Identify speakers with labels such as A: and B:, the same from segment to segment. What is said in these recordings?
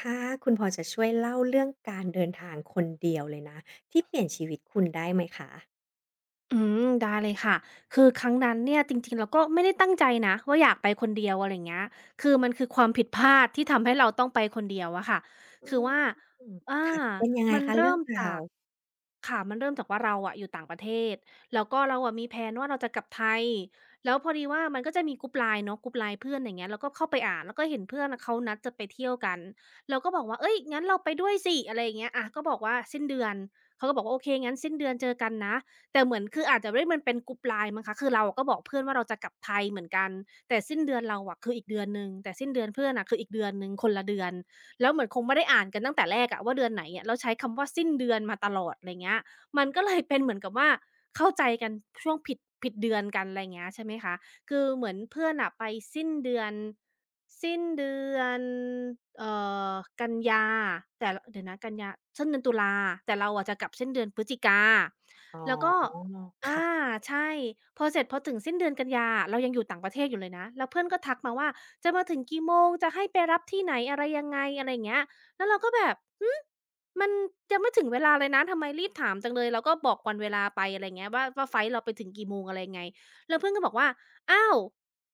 A: ค่ะคุณพอจะช่วยเล่าเรื่องการเดินทางคนเดียวเลยนะที่เปลี่ยนชีวิตคุณได้ไหมคะ
B: ได้เลยค่ะ คือครั้งนั้นเนี่ยจริงๆเราก็ไม่ได้ตั้งใจนะว่าอยากไปคนเดียวอะไรอย่างเงี้ยคือมันคือความผิดพลาดที่ทำให้เราต้องไปคนเดียวอะค่ะ
A: อื
B: คือ
A: ม
B: ว่าอา
A: ค่ะเป็นยังไง
B: มัน
A: คะ
B: เริ่
A: เรื่อง
B: ม
A: รา
B: จา
A: ว
B: ก ค่ะ มันเริ่มจากว่าเราอะอยู่ต่างประเทศ แล้วก็เราอะมีแพลนว่าเราจะกลับไทย แล้วพอดีว่ามันก็จะมีกรุ๊ป LINE เนาะกรุ๊ป LINE เพื่อนอย่างเงี้ยเราก็เข้าไปอ่านแล้วก็เห็นเพื่อนอะเขานัดจะไปเที่ยวกันเราก็บอกว่าเฮ้ยงั้นเราไปด้วยสิอะไรอย่างเงี้ยอะก็บอกว่าสิ้นเดือนเขาก็บอกว่าโอเคงั้นสิ้นเดือนเจอกันนะ แต่เหมือนคืออาจจะด้วยมันเป็นกรุ๊ป LINE มั้งคะคือเราก็บอกเพื่อนว่าเราจะกลับไทยเหมือนกันแต่สิ้นเดือนเราอะคืออีกเดือนหนึ่งแต่สิ้นเดือนเพื่อนน่ะคืออีกเดือนหนึ่งคนละเดือนแล้วเหมือนคงไม่ได้อ่านกันตั้งแต่แรกอะว่าเดือนไหนอะแล้วใช้คำว่าสิ้นเดือนมาตลอดไรเงี้ยมันก็เลยเป็นเหมือนกับว่าเข้าใจกันช่วงผิดผิดเดือนกันไรเงี้ยใช่ไหมคะคือเหมือนเพื่อนน่ะไปสิ้นเดือน สิ้นเดือนเอ่อกันยาแต่รเดี๋ยวนะกันยาสิ้นเดือนตุลาแต่เราอะจะกลับสิ้นเดือนพฤศจิกา
A: อ๋อ
B: แล้วก็อา
A: ค่ะ
B: ใช่พอเสร็จพอถึงสิ้นเดือนกันยาอะเรายังอยู่ต่างประเทศอยู่เลยนะแล้วเพื่อนก็ทักมาว่าจะมาถึงกี่โมงจะให้ไปรับที่ไหนอะไรยังไงอะไรอย่างเงี้ยแล้วเราก็แบบหือมันยังไม่ถึงเวลาเลยนะทำไมรีบถามจังเลยเราก็บอกวันเวลาไปอะไรอย่างเงี้ยว่าไฟลต์เราไปถึงกี่โมงอะไรยังไงแล้วเพื่อนก็บอกว่าอ้าว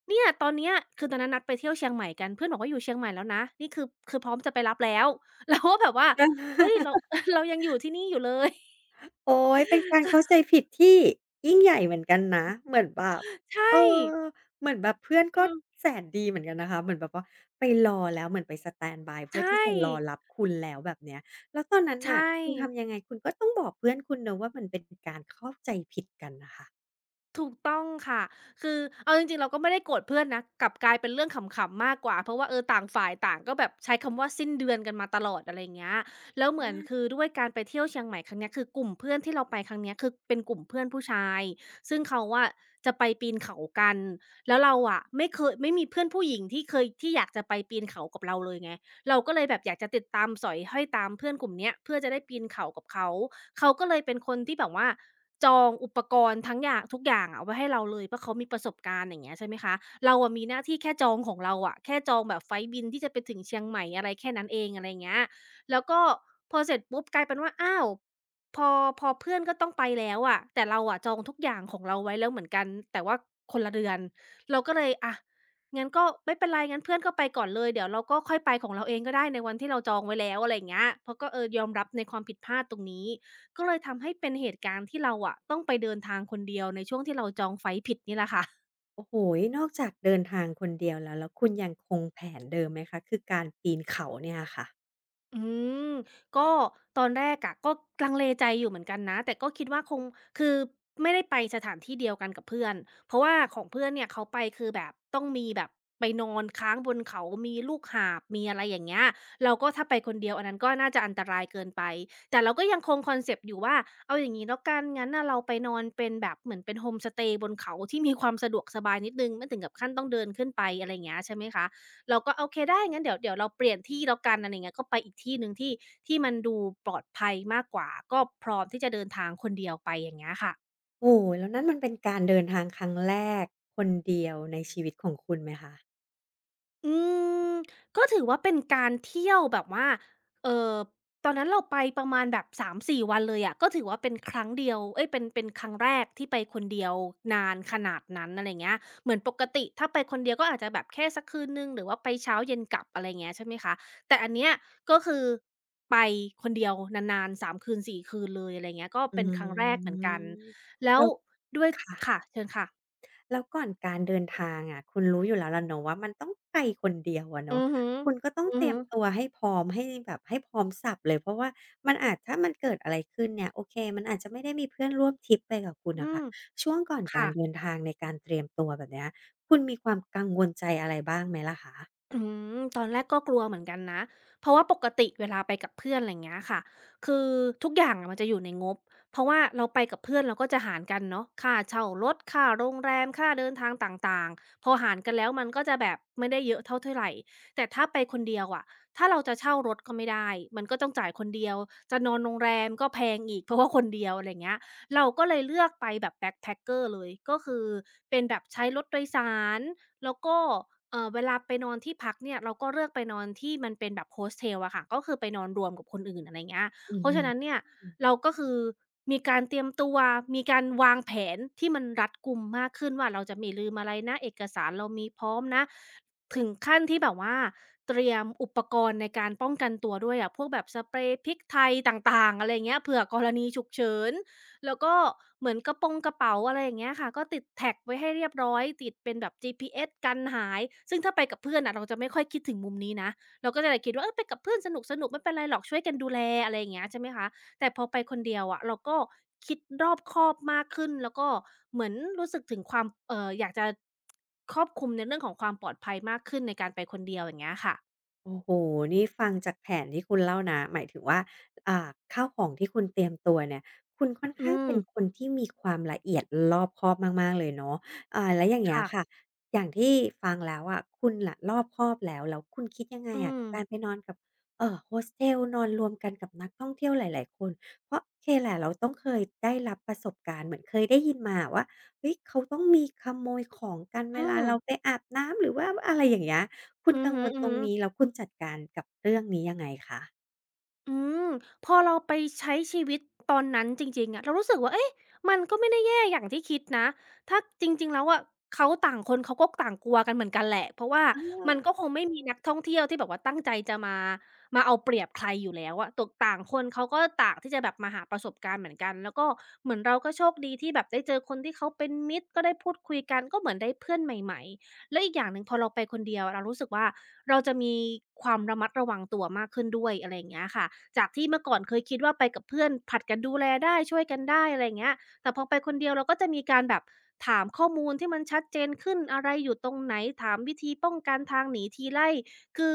B: เนี่ยตอนเนี้ยตอนนั้นนัดไปเที่ยวเชียงใหม่กันเพื่อนบอกว่าอยู่เชียงใหม่แล้วนะนี่คือพร้อมจะไปรับแล้ว เราก็แบบว่าเฮ้ยเรา เรายังอยู่ที่นี่อยู่เลย
A: โอ๊ยเป็นการเข้าใจผิดที่ยิ่งใหญ่เหมือนกันนะเหมือนแบบ
B: ใช่
A: เออเหมือนแบบเพื่อนก็
B: อืม
A: แสนดีเหมือนกันนะคะเหมือนแบบว่าไปรอแล้วเหมือนไปสแตนด์บายเพื่
B: ใช
A: อที่
B: ่
A: จะรอรับคุณแล้วแบบเนี้ยแล้วตอนนั้น
B: ใช่
A: น่ะคุณทำยังไงคุณก็ต้องบอกเพื่อนคุณเนาะว่ามันเป็นการเข้าใจผิดกันน่ะค่ะ
B: ถูกต้องค่ะคือเอาจริงๆเราก็ไม่ได้โกรธเพื่อนนะกลับกลายเป็นเรื่องขำๆมากกว่าเพราะว่าเออต่างฝ่ายต่างก็แบบใช้คำว่าสิ้นเดือนกันมาตลอดอะไรเงี้ยแล้วเหมือน
A: อา
B: คือด้วยการไปเที่ยวเชียงใหม่ครั้งเนี้ยคือกลุ่มเพื่อนที่เราไปครั้งเนี้ยคือเป็นกลุ่มเพื่อนผู้ชายซึ่งเขาอะจะไปปีนเขากันแล้วเราอะไม่เคยไม่มีเพื่อนผู้หญิงที่เคยที่อยากจะไปปีนเขากับเราเลยไงเราก็เลยแบบอยากจะติดตามสอยห้อยตามเพื่อนกลุ่มเนี้ยเพื่อจะได้ปีนเขากับเขา เขาก็เลยเป็นคนที่แบบว่า จองอุปกรณ์ทั้งอย่างทุกอย่างอะไว้ให้เราเลยเพราะเขามีประสบการณ์อย่างเงี้ยใช่ไหมคะเราอะมีหน้าที่แค่จองของเราอะแค่จองแบบไฟลต์บินที่จะไปถึงเชียงใหม่อะไรแค่นั้นเองอะไรอย่างเงี้ยแล้วก็พอเสร็จปุ๊บกลายเป็นว่าอ้าวพอพอเพื่อนก็ต้องไปแล้วอะแต่เราอะจองทุกอย่างของเราไว้แล้วเหมือนกันแต่ว่าคนละเดือนเราก็เลยอะงั้นก็ไม่เป็นไรงั้นเพื่อนก็ไปก่อนเลยเดี๋ยวเราก็ค่อยไปของเราเองก็ได้ในวันที่เราจองไว้แล้วอะไรอย่างเงี้ยเพราะก็เออยอมรับในความผิดพลาดตรงนี้ ก็เลยทำให้เป็นเหตุการณ์ที่เราอะต้องไปเดินทางคนเดียวในช่วงที่เราจองไฟลต์ผิดนี่แหละค่ะ
A: โอ้โฮนอกจากเดินทางคนเดียวแล้ว แล้วคุณยังคงแผนเดิมไหมคะ คือการปีนเขาเนี่ยค่ะ
B: อืมก็ตอนแรกอะก็ลังเลใจอยู่เหมือนกันนะแต่ก็คิดว่าคงคือไม่ได้ไปสถานที่เดียวกันกับเพื่อนเพราะว่าของเพื่อนเนี่ยเขาไปคือแบบต้องมีแบบไปนอนค้างบนเขามีลูกหาบมีอะไรอย่างเงี้ยเราก็ถ้าไปคนเดียวอันนั้นก็น่าจะอันตรายเกินไปแต่เราก็ยังคงคอนเซปต์อยู่ว่าเอาอย่างนี้แล้วกันงั้นน่ะเราไปนอนเป็นแบบเหมือนเป็นโฮมสเตย์บนเขาที่มีความสะดวกสบายนิดหนึงไม่ถึงกับขั้นต้องเดินขึ้นไปอะไรอย่างเงี้ยใช่ไหมคะ เราก็โอเคได้งั้นเดี๋ยวเราเปลี่ยนที่แล้วกันอะไรองเงี้ยก็ไปอีกที่หนึ่งที่ที่มันดูปลอดภัยมากกว่าก็พร้อมที่จะเดินทางคนเดียวไปอย่างเงี้ยค่ะ
A: โอ้โฮแล้วนั่นมันเป็นการเดินทางครั้งแรกคนเดียวในชีวิตของคุณไหมคะ
B: อืมก็ถือว่าเป็นการเที่ยวแบบว่าเอ่อตอนนั้นเราไปประมาณแบบสามสี่วันเลยอะก็ถือว่าเป็นครั้งเดียวเอ๊ยเป็นครั้งแรกที่ไปคนเดียวนานขนาดนั้นอะไรเงี้ยเหมือนปกติถ้าไปคนเดียวก็อาจจะแบบแค่สักคืนหนึ่งหรือว่าไปเช้าเย็นกลับอะไรเงี้ยใช่ไหมคะแต่อันเนี้ยก็คือไปคนเดียวนานๆสามคืนสี่คืนเลยอะไรเงี้ยก็
A: อื
B: เป็นครั้งแรกเหมือนกัน
A: ม
B: แล้ว
A: เรา
B: ด้วยค่ะ
A: ค่ะ
B: เชิญค่ะ
A: แล้วก่อนการเดินทางอะคุณรู้อยู่แล้วล่ะเนาะว่ามันต้องไปคนเดียวอะ
B: อื
A: เนาะ
B: อฮึ
A: คุณก็ต้อง
B: อือ
A: เตรีย
B: ฮึ
A: มตัวให้พร้อมให้แบบให้พร้อมสับเลยเพราะว่ามันอาจถ้ามันเกิดอะไรขึ้นเนี่ยโอเคมันอาจจะไม่ได้มีเพื่อนร่วมทริปไปกับคุณ
B: อื
A: น่ะค่ะ
B: ม
A: ช่วงก่อนกา
B: ค่ะ
A: รเดินทางในการเตรียมตัวแบบเนี้ยคุณมีความกังวลใจอะไรบ้างไหมล่ะคะ
B: อืมตอนแรกก็กลัวเหมือนกันนะเพราะว่าปกติเวลาไปกับเพื่อนไรเงี้ยค่ะคือทุกอย่างอะมันจะอยู่ในงบเพราะว่าเราไปกับเพื่อนเราก็จะหารกันเนาะค่าเช่ารถค่าโรงแรมค่าเดินทางต่างๆพอหารกันแล้วมันก็จะแบบไม่ได้เยอะเท่าเท่ยไรแต่ถ้าไปคนเดียวอะถ้าเราจะเช่ารถก็ไม่ได้มันก็ต้องจ่ายคนเดียวจะนอนโรงแรมก็แพงอีกเพราะว่าคนเดียวอะไรเงี้ยเราก็เลยเลือกไปแบบแบ็กแพ็กเกอร์เลยก็คือเป็นแบบใช้รถโดยสาร แล้วก็เวลาไปนอนที่พักเนี่ยเราก็เลือกไปนอนที่มันเป็นแบบ Hostel อะค่ะก็คือไปนอนรวมกับคนอื่นอะไรเงี้ย
A: อือ
B: เพราะ
A: ฮึ
B: ฉะนั้นเนี่ยเราก็คือมีการเตรียมตัวมีการวางแผนที่มันรัดกุมมากขึ้นว่าเราจะไม่ลืมอะไรนะเอกสารเรามีพร้อมนะถึงขั้นที่แบบว่าเตรียมอุปกรณ์ในการป้องกันตัวด้วยอะพวกแบบสเปรย์พริกไทยต่างๆอะไรเงี้ยเผื่อกรณีฉุกเฉิน แล้วก็เหมือนกระโปรงกระเป๋าอะไรอย่างเงี้ยค่ะก็ติดแท็กไว้ให้เรียบร้อยติดเป็นแบบ GPS กันหายซึ่งถ้าไปกับเพื่อนอ่ะเราจะไม่ค่อยคิดถึงมุมนี้นะเราก็จะแต่คิดว่าเออไปกับเพื่อนสนุกๆไม่เป็นไรหรอกช่วยกันดูแลอะไรอย่างเงี้ยใช่ไหมคะแต่พอไปคนเดียวอะเราก็คิดรอบคอบมากขึ้นแล้วก็เหมือนรู้สึกถึงความอยากจะครอบคลุมในเรื่องของความปลอดภัยมากขึ้นในการไปคนเดียวอย่างเงี้ยค่ะ
A: โอ้โฮนี่ฟังจากแผนที่คุณเล่านะหมายถึงว่าอ่าข้าวของที่คุณเตรียมตัวเนี่ยคุณค่อน
B: อื
A: ข้าง
B: ม
A: เป็นคนที่มีความละเอียดรอบคอบมากๆเลยเนาะอ่าแล้วอย่างเงี้ย
B: ค่ะ
A: ค่ะอย่างที่ฟังแล้วอะคุณน่ะรอบคอบแล้วแล้วคุณคิดยังไง
B: อื
A: อะกั
B: ม
A: บการไปนอนกับโฮสเทลนอนรวมกันกับนักท่องเที่ยวหลายๆคนเพราะโอเคแหละเราต้องเคยได้รับประสบการณ์เหมือนเคยได้ยินมาอะว่าเฮ้ยเขาต้องมีขโมยของกันเว
B: อื
A: ลา
B: ม
A: เราไปอาบน้ำหรือว่าอะไรอย่างเงี้ย คุ
B: อื
A: ณ
B: อ
A: กัง
B: ฮึ
A: วลตรงนี้แล้
B: ๆ
A: วคุณจัดการกับเรื่องนี้ยังไงคะ
B: อืมพอเราไปใช้ชีวิตตอนนั้นจริงๆอะเรารู้สึกว่าเอ๊ะมันก็ไม่ได้แย่อย่างที่คิดนะถ้าจริงๆแล้วอะเขาต่างคนเขาก็ต่างกลัวกันเหมือนกันแหละเพราะว่ามัน
A: อา
B: ก็คงไม่มีนักท่องเที่ยวที่แบบว่าตั้งใจจะมามาเอาเปรียบใครอยู่แล้วอะตกต่างคนเขาก็ต่างที่จะแบบมาหาประสบการณ์เหมือนกันแล้วก็เหมือนเราก็โชคดีที่แบบได้เจอคนที่เขาเป็นมิตรก็ได้พูดคุยกันก็เหมือนได้เพื่อนใหม่ๆแล้วอีกอย่างหนึ่งพอเราไปคนเดียวเรารู้สึกว่า เราจะมีความระมัดระวังตัวมากขึ้นด้วยอะไรอย่างเงี้ยค่ะจากที่เมื่อก่อนเคยคิดว่าไปกับเพื่อนผัดกันดูแลได้ช่วยกันได้อะไรอย่างเงี้ยแต่พอไปคนเดียวเราก็จะมีการแบบถามข้อมูลที่มันชัดเจนขึ้นอะไรอยู่ตรงไหนถามวิธีป้องกันทางหนีทีไล่คือ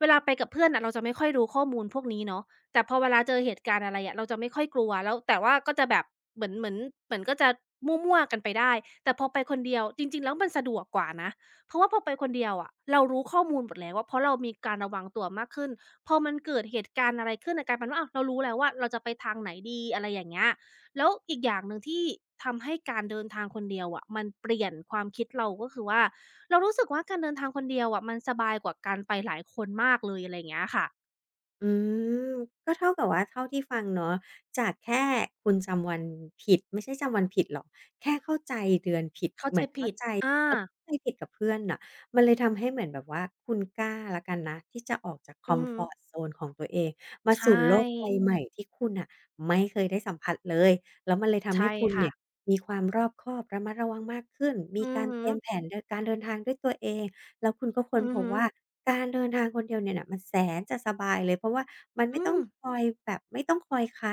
B: เวลาไปกับเพื่อนน่ะเราจะไม่ค่อยรู้ข้อมูลพวกนี้เนาะแต่พอเวลาเจอเหตุการณ์อะไรอะเราจะไม่ค่อยกลัวแล้วแต่ว่าก็จะแบบเหมือนเหมือนเหมือนก็จะมั่วๆกันไปได้แต่พอไปคนเดียวจริงๆแล้วมันสะดวกกว่านะ เพราะว่าพอไปคนเดียวอะเรารู้ข้อมูลหมดแล้วว่าเพราะเรามีการระวังตัวมากขึ้นพอมันเกิดเหตุการณ์อะไรขึ้นอะกลายเป็นว่าอ้าวเรารู้แล้วว่าเราจะไปทางไหนดีอะไรอย่างเงี้ยแล้วอีกอย่างหนึ่งที่ทำให้การเดินทางคนเดียวอะมันเปลี่ยนความคิดเราก็คือว่าเรารู้สึกว่าการเดินทางคนเดียวอะมันสบายกว่าการไปหลายคนมากเลยอะไรอย่างเงี้ยค่ะ
A: อืมก็เท่ากับว่าเท่าที่ฟังเนาะจากแค่คุณจำวันผิดไม่ใช่จำวันผิดหรอกแค่เข้าใจเดือนผิด
B: เข้า
A: เหมื
B: ใจ
A: อนเข้า
B: ผิด
A: ใจ
B: อา
A: เออเข้าใจผิดกับเพื่อนน่ะมันเลยทำให้เหมือนแบบว่าคุณกล้าแล้วกันนะที่จะออกจากคอ
B: อือ
A: ม
B: ฮึ
A: ฟอร์ตโซนของตัวเองมา
B: ใช
A: สู่โลกใบ
B: ่
A: ใหม่ที่คุณน่ะไม่เคยได้สัมผัสเลยแล้วมันเลยทำ
B: ใช่
A: ให้คุณ
B: ค่ะ
A: เนี่ยมีความรอบคอบระมัดระวังมากขึ้นมี
B: อือ
A: การ
B: ฮึ
A: เตรียมแผนดการเดินทางด้วยตัวเอง แล้วคุณก็ค้น
B: อื
A: พ
B: อ
A: บ
B: ฮึ
A: ว่าการเดินทางคนเดียวเนี่ยน่ะมันแสนจะสบายเลยเพราะว่ามันไม่
B: อื
A: ต้อง
B: ม
A: คอยแบบไม่ต้องคอยใคร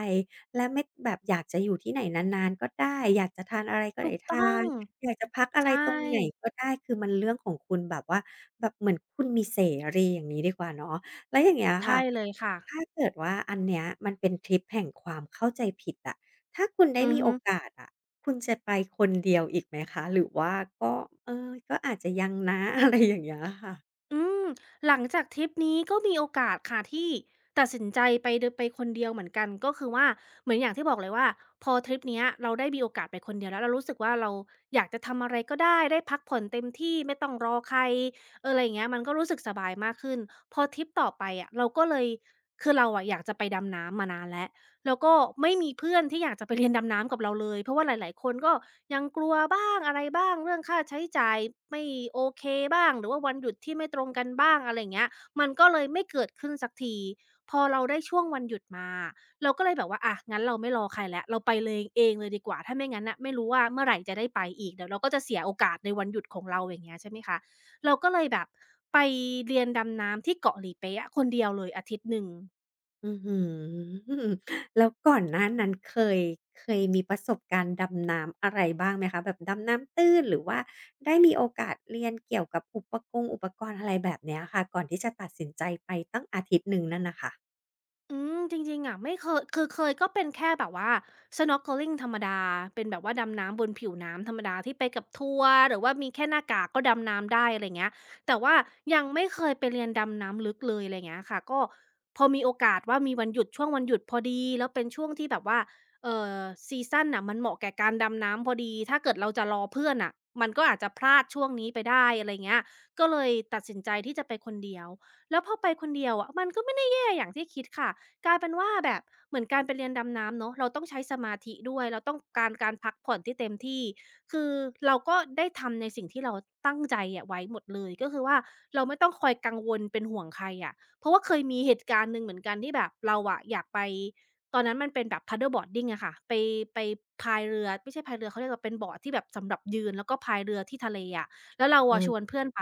A: และไม่แบบอยากจะอยู่ที่ไหนนานๆก็ได้อยากจะทานอะไรก็
B: ถู
A: ได้
B: กต้อ
A: ทา
B: ง
A: นอยากจะพักอะ
B: ใช
A: ไรตรงไหน
B: ่
A: ก็ได้คือมันเรื่องของคุณแบบว่าแบบเหมือนคุณมีเสรีอย่างงี้ดีกว่าเนาะแล้วอย่างเงี้ย
B: ใช่
A: ค่ะ
B: เลยค่ะ
A: ถ้าเกิดว่าอันเนี้ยมันเป็นทริปแห่งความเข้าใจผิดอะ ถ้าคุณได้
B: อือ
A: มีโอ
B: ฮึ
A: กาสอะคุณจะไปคนเดียวอีกไหมคะ หรือว่าก็เออก็อาจจะยังนะ อะไรอย่างเงี้ยค่ะ
B: อืมหลังจากทริปนี้ก็มีโอกาสค่ะที่ตัดสินใจไปเดอไปคนเดียวเหมือนกันก็คือว่าเหมือนอย่างที่บอกเลยว่าพอทริปเนี้ยเราได้มีโอกาสไปคนเดียวแล้วเรารู้สึกว่าเราอยากจะทำอะไรก็ได้ได้พักผ่อนเต็มที่ไม่ต้องรอใครเอออะไรอย่างเงี้ยมันก็รู้สึกสบายมากขึ้นพอทริปต่อไปอะเราก็เลยคือเราอะอยากจะไปดำน้ำมานานแล้ว แล้วก็ไม่มีเพื่อนที่อยากจะไปเรียนดำน้ำกับเราเลยเพราะว่าหลายๆคนก็ยังกลัวบ้างอะไรบ้างเรื่องค่าใช้จ่ายไม่โอเคบ้างหรือว่าวันหยุดที่ไม่ตรงกันบ้างอะไรอย่างเงี้ยมันก็เลยไม่เกิดขึ้นสักทีพอเราได้ช่วงวันหยุดมาเราก็เลยแบบว่าอะงั้นเราไม่รอใครแล้วเราไปเลยเองเลยดีกว่าถ้าไม่งั้นน่ะไม่รู้ว่าเมื่อไหร่จะได้ไปอีกเดี๋ยวเราก็จะเสียโอกาสในวันหยุดของเราอย่างเงี้ยใช่ไหมคะเราก็เลยแบบไปเรียนดำน้ำที่เกาะหลีเป๊ะอะคนเดียวเลย1 อาทิตย์
A: อื้อฮือแล้วก่อนหน้านั้นเคยเคยมีประสบการณ์ดำน้ำอะไรบ้างไหมคะแบบดำน้ำตื้นหรือว่าได้มีโอกาสเรียนเกี่ยวกับอุปกงอุปกรณ์อะไรแบบเนี้ยค่ะก่อนที่จะตัดสินใจไปตั้งอาทิตย์หนึ่งนั่นน่ะค่ะ
B: อืมจริงๆอะไม่เคยคือเคยก็เป็นแค่แบบว่า snorkeling ธรรมดาเป็นแบบว่าดำน้ำบนผิวน้ำธรรมดาที่ไปกับทัวร์หรือว่ามีแค่หน้ากากก็ดำน้ำได้อะไรเงี้ยแต่ว่ายังไม่เคยไปเรียนดำน้ำลึกเลยอะไรเงี้ยค่ะก็พอมีโอกาสว่ามีวันหยุดช่วงวันหยุดพอดีแล้วเป็นช่วงที่แบบว่าเอ่อซีซันน่ะมันเหมาะแก่การดำน้ำพอดีถ้าเกิดเราจะรอเพื่อนน่ะมันก็อาจจะพลาดช่วงนี้ไปได้อะไรเงี้ยก็เลยตัดสินใจที่จะไปคนเดียวแล้วพอไปคนเดียวอะมันก็ไม่ได้แย่อย่างที่คิดค่ะ กลายเป็นว่าแบบเหมือนการไปเรียนดำน้ำเนาะเราต้องใช้สมาธิด้วยเราต้องการการพักผ่อนที่เต็มที่คือเราก็ได้ทำในสิ่งที่เราตั้งใจอะไว้หมดเลยก็คือว่าเราไม่ต้องคอยกังวลเป็นห่วงใครอะเพราะว่าเคยมีเหตุการณ์หนึ่งเหมือนกันที่แบบเราอะอยากไปตอนนั้นมันเป็นแบบ paddleboarding อะค่ะไปไปพายเรือไม่ใช่พายเรือเขาเรียกว่าเป็นบอร์ดที่แบบสำหรับยืนแล้วก็พายเรือที่ทะเลอะแล้วเรา
A: อื
B: อะชวนเพื่อนไป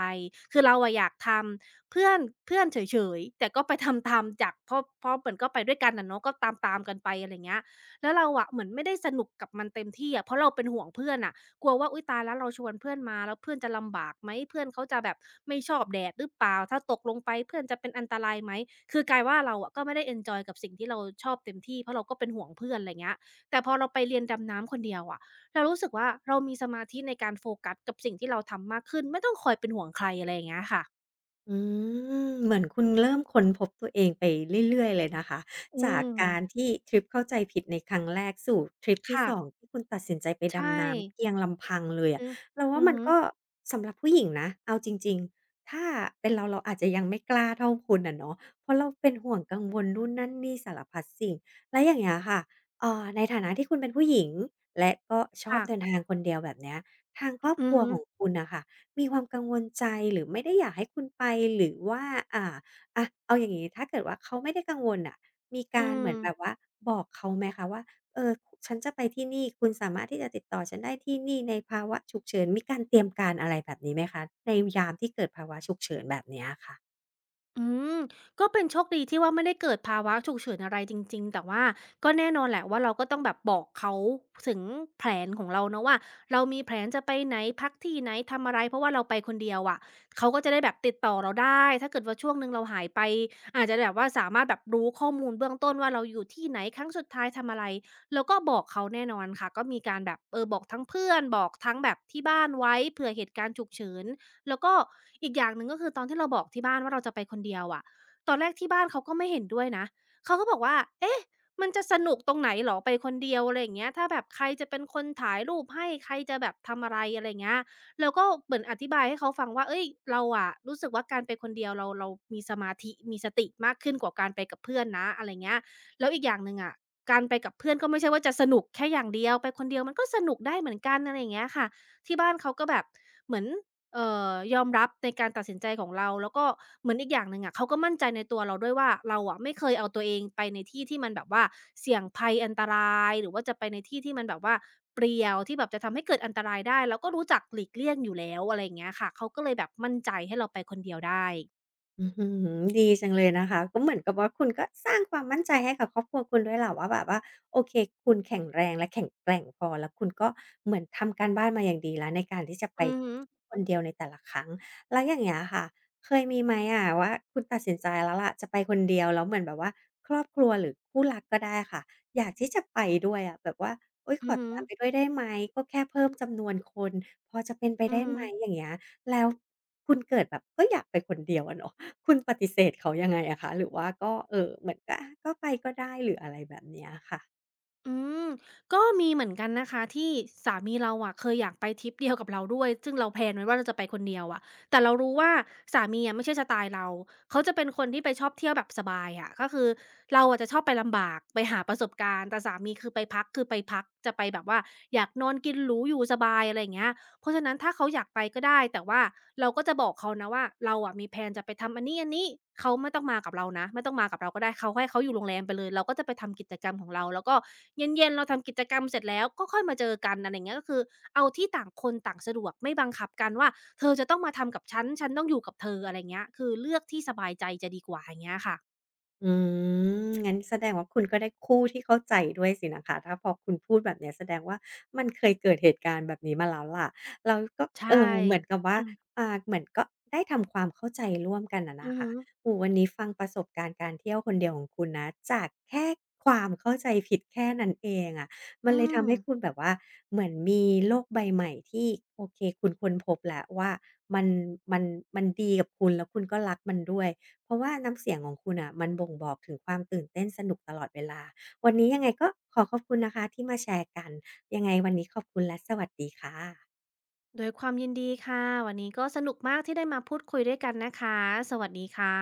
B: คือเราอะอยากทำ เพื่อนเพื่อนเฉยๆแต่ก็ไป ทำตามจากเพราะเหมือนก็ไปด้วยกันอะเนาะก็ตามๆกันไปอะไรเงี้ยแล้วเราอะเหมือนไม่ได้สนุกกับมันเต็มที่อะเพราะเราเป็นห่วงเพื่อนน่ะกลัวว่าอุ๊ยตายแล้วเราชวนเพื่อนมาแล้วเพื่อนจะลำบากไหมเพื่อนเขาจะแบบไม่ชอบแดดหรือเปล่าถ้าตกลงไปเพื่อนจะเป็นอันตรายไหมคือกลายว่าเราอะก็ไม่ได้เอนจอยกับสิ่งที่เราชอบเต็มที่เพราะเราก็เป็นห่วงเพื่อนอะไรเงี้ยแต่พอเราไปเรียนดำน้ำคนเดียวอะเรารู้สึกว่าเรามีสมาธิในการโฟกัสกับสิ่งที่เราทำมากขึ้นไม่ต้องคอยเป็นห่วงใครอะไรอย่างเงี้ยค่ะ
A: อืมเหมือนคุณเริ่มค้นพบตัวเองไปเรื่อยๆเลยนะคะ
B: อื
A: จาก
B: ม
A: การที่ทริปเข้าใจผิดในครั้งแรกสู่ทริปที่
B: ค่ะ
A: 2ที่คุณตัดสินใจไป
B: ใช่
A: ดำน้ำเพียงลำพังเลยอะ
B: อือ
A: เรา
B: อื
A: ว่า
B: อ
A: มัน
B: ฮึ
A: ก็สำหรับผู้หญิงนะเอาจริงๆถ้าเป็นเราเราอาจจะยังไม่กล้าเท่าคุณอะเนาะเพราะเราเป็นห่วงกังวลนู่นนั่นนี่สารพัดสิ่งแล้วอย่างเงี้ยค่ะในฐานะที่คุณเป็นผู้หญิงและก็ชอบ
B: ค่ะ
A: เดินทางคนเดียวแบบเนี้ยทางครอบ
B: อื
A: ค
B: อ
A: รัว
B: ฮึ
A: ของคุณน่ะค่ะ มีความกังวลใจหรือไม่ได้อยากให้คุณไปหรือว่าอ่าอะเอาอย่างงี้ถ้าเกิดว่าเขาไม่ได้กังวลน่ะมีกา
B: อื
A: รเหมื
B: ม
A: อนแบบว่าบอกเขาไหมคะว่าเออฉันจะไปที่นี่คุณสามารถที่จะติดต่อฉันได้ที่นี่ในภาวะฉุกเฉินมีการเตรียมการอะไรแบบนี้ไหมคะในยามที่เกิดภาวะฉุกเฉินแบบเนี้ยค่ะ
B: อืมก็เป็นโชคดีที่ว่าไม่ได้เกิดภาวะฉุกเฉินอะไรจริงๆแต่ว่าก็แน่นอนแหละว่าเราก็ต้องแบบบอกเขาถึงแผนของเราเนาะว่าเรามีแผนจะไปไหนพักที่ไหนทำอะไรเพราะว่าเราไปคนเดียวอะเขาก็จะได้แบบติดต่อเราได้ถ้าเกิดว่าช่วงหนึ่งเราหายไปอาจจะแบบว่าสามารถแบบรู้ข้อมูลเบื้องต้นว่าเราอยู่ที่ไหนครั้งสุดท้ายทำอะไรเราก็บอกเขาแน่นอนค่ะก็มีการแบบเออบอกทั้งเพื่อนบอกทั้งแบบที่บ้านไว้เผื่อเหตุการณ์ฉุกเฉิน แล้วก็อีกอย่างหนึ่งก็คือตอนที่เราบอกที่บ้านว่าเราจะไปคนเดียวอะตอนแรกที่บ้านเขาก็ไม่เห็นด้วยนะเขาก็บอกว่าเอ๊ะมันจะสนุกตรงไหนเหรอไปคนเดียวอะไรอย่างเงี้ยถ้าแบบใครจะเป็นคนถ่ายรูปให้ใครจะแบบทำอะไรอะไรเงี้ยแล้วก็เหมือนอธิบายให้เขาฟังว่าเอ้ยเราอะรู้สึกว่าการไปคนเดียวเรามีสมาธิมีสติมากขึ้นกว่าการไปกับเพื่อนนะอะไรเงี้ยแล้วอีกอย่างหนึ่งอะการไปกับเพื่อนก็ไม่ใช่ว่าจะสนุกแค่อย่างเดียวไปคนเดียวมันก็สนุกได้เหมือนกันอะไรอย่างเงี้ยค่ะที่บ้านเขาก็แบบเหมือน เอ่ยอมรับในการตัดสินใจของเราแล้วก็เหมือนอีกอย่างหนึ่งอะเขาก็มั่นใจในตัวเราด้วยว่าเราอะไม่เคยเอาตัวเองไปในที่ที่มันแบบว่าเสี่ยงภัยอันตรายหรือว่าจะไปในที่ที่มันแบบว่าเปลี่ยวที่แบบจะทำให้เกิดอันตรายได้เราก็รู้จักหลีกเลี่ยงอยู่แล้วอะไรอย่างเงี้ยค่ะเขาก็เลยแบบมั่นใจให้เราไปคนเดียวได้
A: อื้อฮือดีจังเลยนะคะก็เหมือนกับว่าคุณก็สร้างความมั่นใจให้กับครอบครัวคุณด้วยแหละว่าแบบว่าโอเคคุณแข็งแรงและแข็งแกร่งพอแล้วคุณก็เหมือนทำการบ้านมาอย่างดีแล้วในการที่จะไป
B: อือฮึ
A: คนเดียวในแต่ละครั้งแล้วอย่างเงี้ยค่ะเคยมีไหมอะว่าคุณตัดสินใจแล้วล่ะจะไปคนเดียวแล้วเหมือนแบบว่าครอบครัวหรือคู่รักก็ได้ค่ะอยากที่จะไปด้วยอะแบบว่าเฮ๊ยข
B: อื
A: อ
B: อฮึ
A: ตามไปด้วยได้ไหมก็แค่เพิ่มจำนวนคนพอจะเป็นไป
B: อือ
A: ได้
B: ฮึ
A: ไหมอย่างเงี้ยแล้วคุณเกิดแบบก็อยากไปคนเดียวอะเนาะ คุณปฏิเสธเขายังไงอะคะหรือว่าก็เออเหมือนาก็ไปก็ได้หรืออะไรแบบเนี้ยค่ะ
B: อืมก็มีเหมือนกันนะคะที่สามีเราอะเคยอยากไปทริปเดียวกับเราด้วยซึ่งเราแพลนไว้ว่าเราจะไปคนเดียวอะแต่เรารู้ว่าสามีอะไม่ใช่สไตล์เราเขาจะเป็นคนที่ไปชอบเที่ยวแบบสบายอะก็คือเราอะจะชอบไปลำบากไปหาประสบการณ์แต่สามีคือไปพักจะไปแบบว่าอยากนอนกินหรูอยู่สบายอะไรอย่างเงี้ย เพราะฉะนั้นถ้าเขาอยากไปก็ได้แต่ว่าเราก็จะบอกเขานะว่าเราอะมีแพลนจะไปทำอันนี้ๆเขาไม่ต้องมากับเรานะไม่ต้องมากับเราก็ได้เขาให้เขาอยู่โรงแรมไปเลยเราก็จะไปทำกิจกรรมของเราแล้วก็เย็นๆเราทำกิจกรรมเสร็จแล้วก็ค่อยมาเจอกันอะไรอย่างเงี้ยก็คือเอาที่ต่างคนต่างสะดวกไม่บังคับกันว่าเธอจะต้องมาทำกับฉันฉันต้องอยู่กับเธออะไรอย่างเงี้ยคือเลือกที่สบายใจจะดีกว่าอย่างเงี้ยค่ะ
A: อืมงั้นแสดงว่าคุณก็ได้คู่ที่เข้าใจด้วยสินะคะถ้าพอคุณพูดแบบเนี้ยแสดงว่ามันเคยเกิดเหตุการณ์แบบนี้มาแล้วล่ะเราก็
B: ใช่
A: เออเหมือนกับว่า
B: ค่ะ
A: อ่าเหมือนก็ได้ทำความเข้าใจร่วมกันอะ
B: อื
A: นะ
B: อฮึ
A: คะโอ้โฮวันนี้ฟังประสบการณ์การเที่ยวคนเดียวของคุณนะ จากแค่ความเข้าใจผิดแค่นั้นเองอะมัน
B: อื
A: เลย
B: ม
A: ทำให้คุณแบบว่าเหมือนมีโลกใบใหม่ที่โอเคคุณค้นพบแล้วว่ามันมันมันดีกับคุณแล้วคุณก็รักมันด้วย เพราะว่าน้ำเสียงของคุณอ่ะมันบ่งบอกถึงความตื่นเต้นสนุกตลอดเวลาวันนี้ยังไงก็ขอขอบคุณนะคะที่มาแชร์กันยังไงวันนี้ขอบคุณและสวัสดีค่ะ
B: ด้วยความยินดีค่ะวันนี้ก็สนุกมากที่ได้มาพูดคุยด้วยกันนะคะสวัสดีค่ะ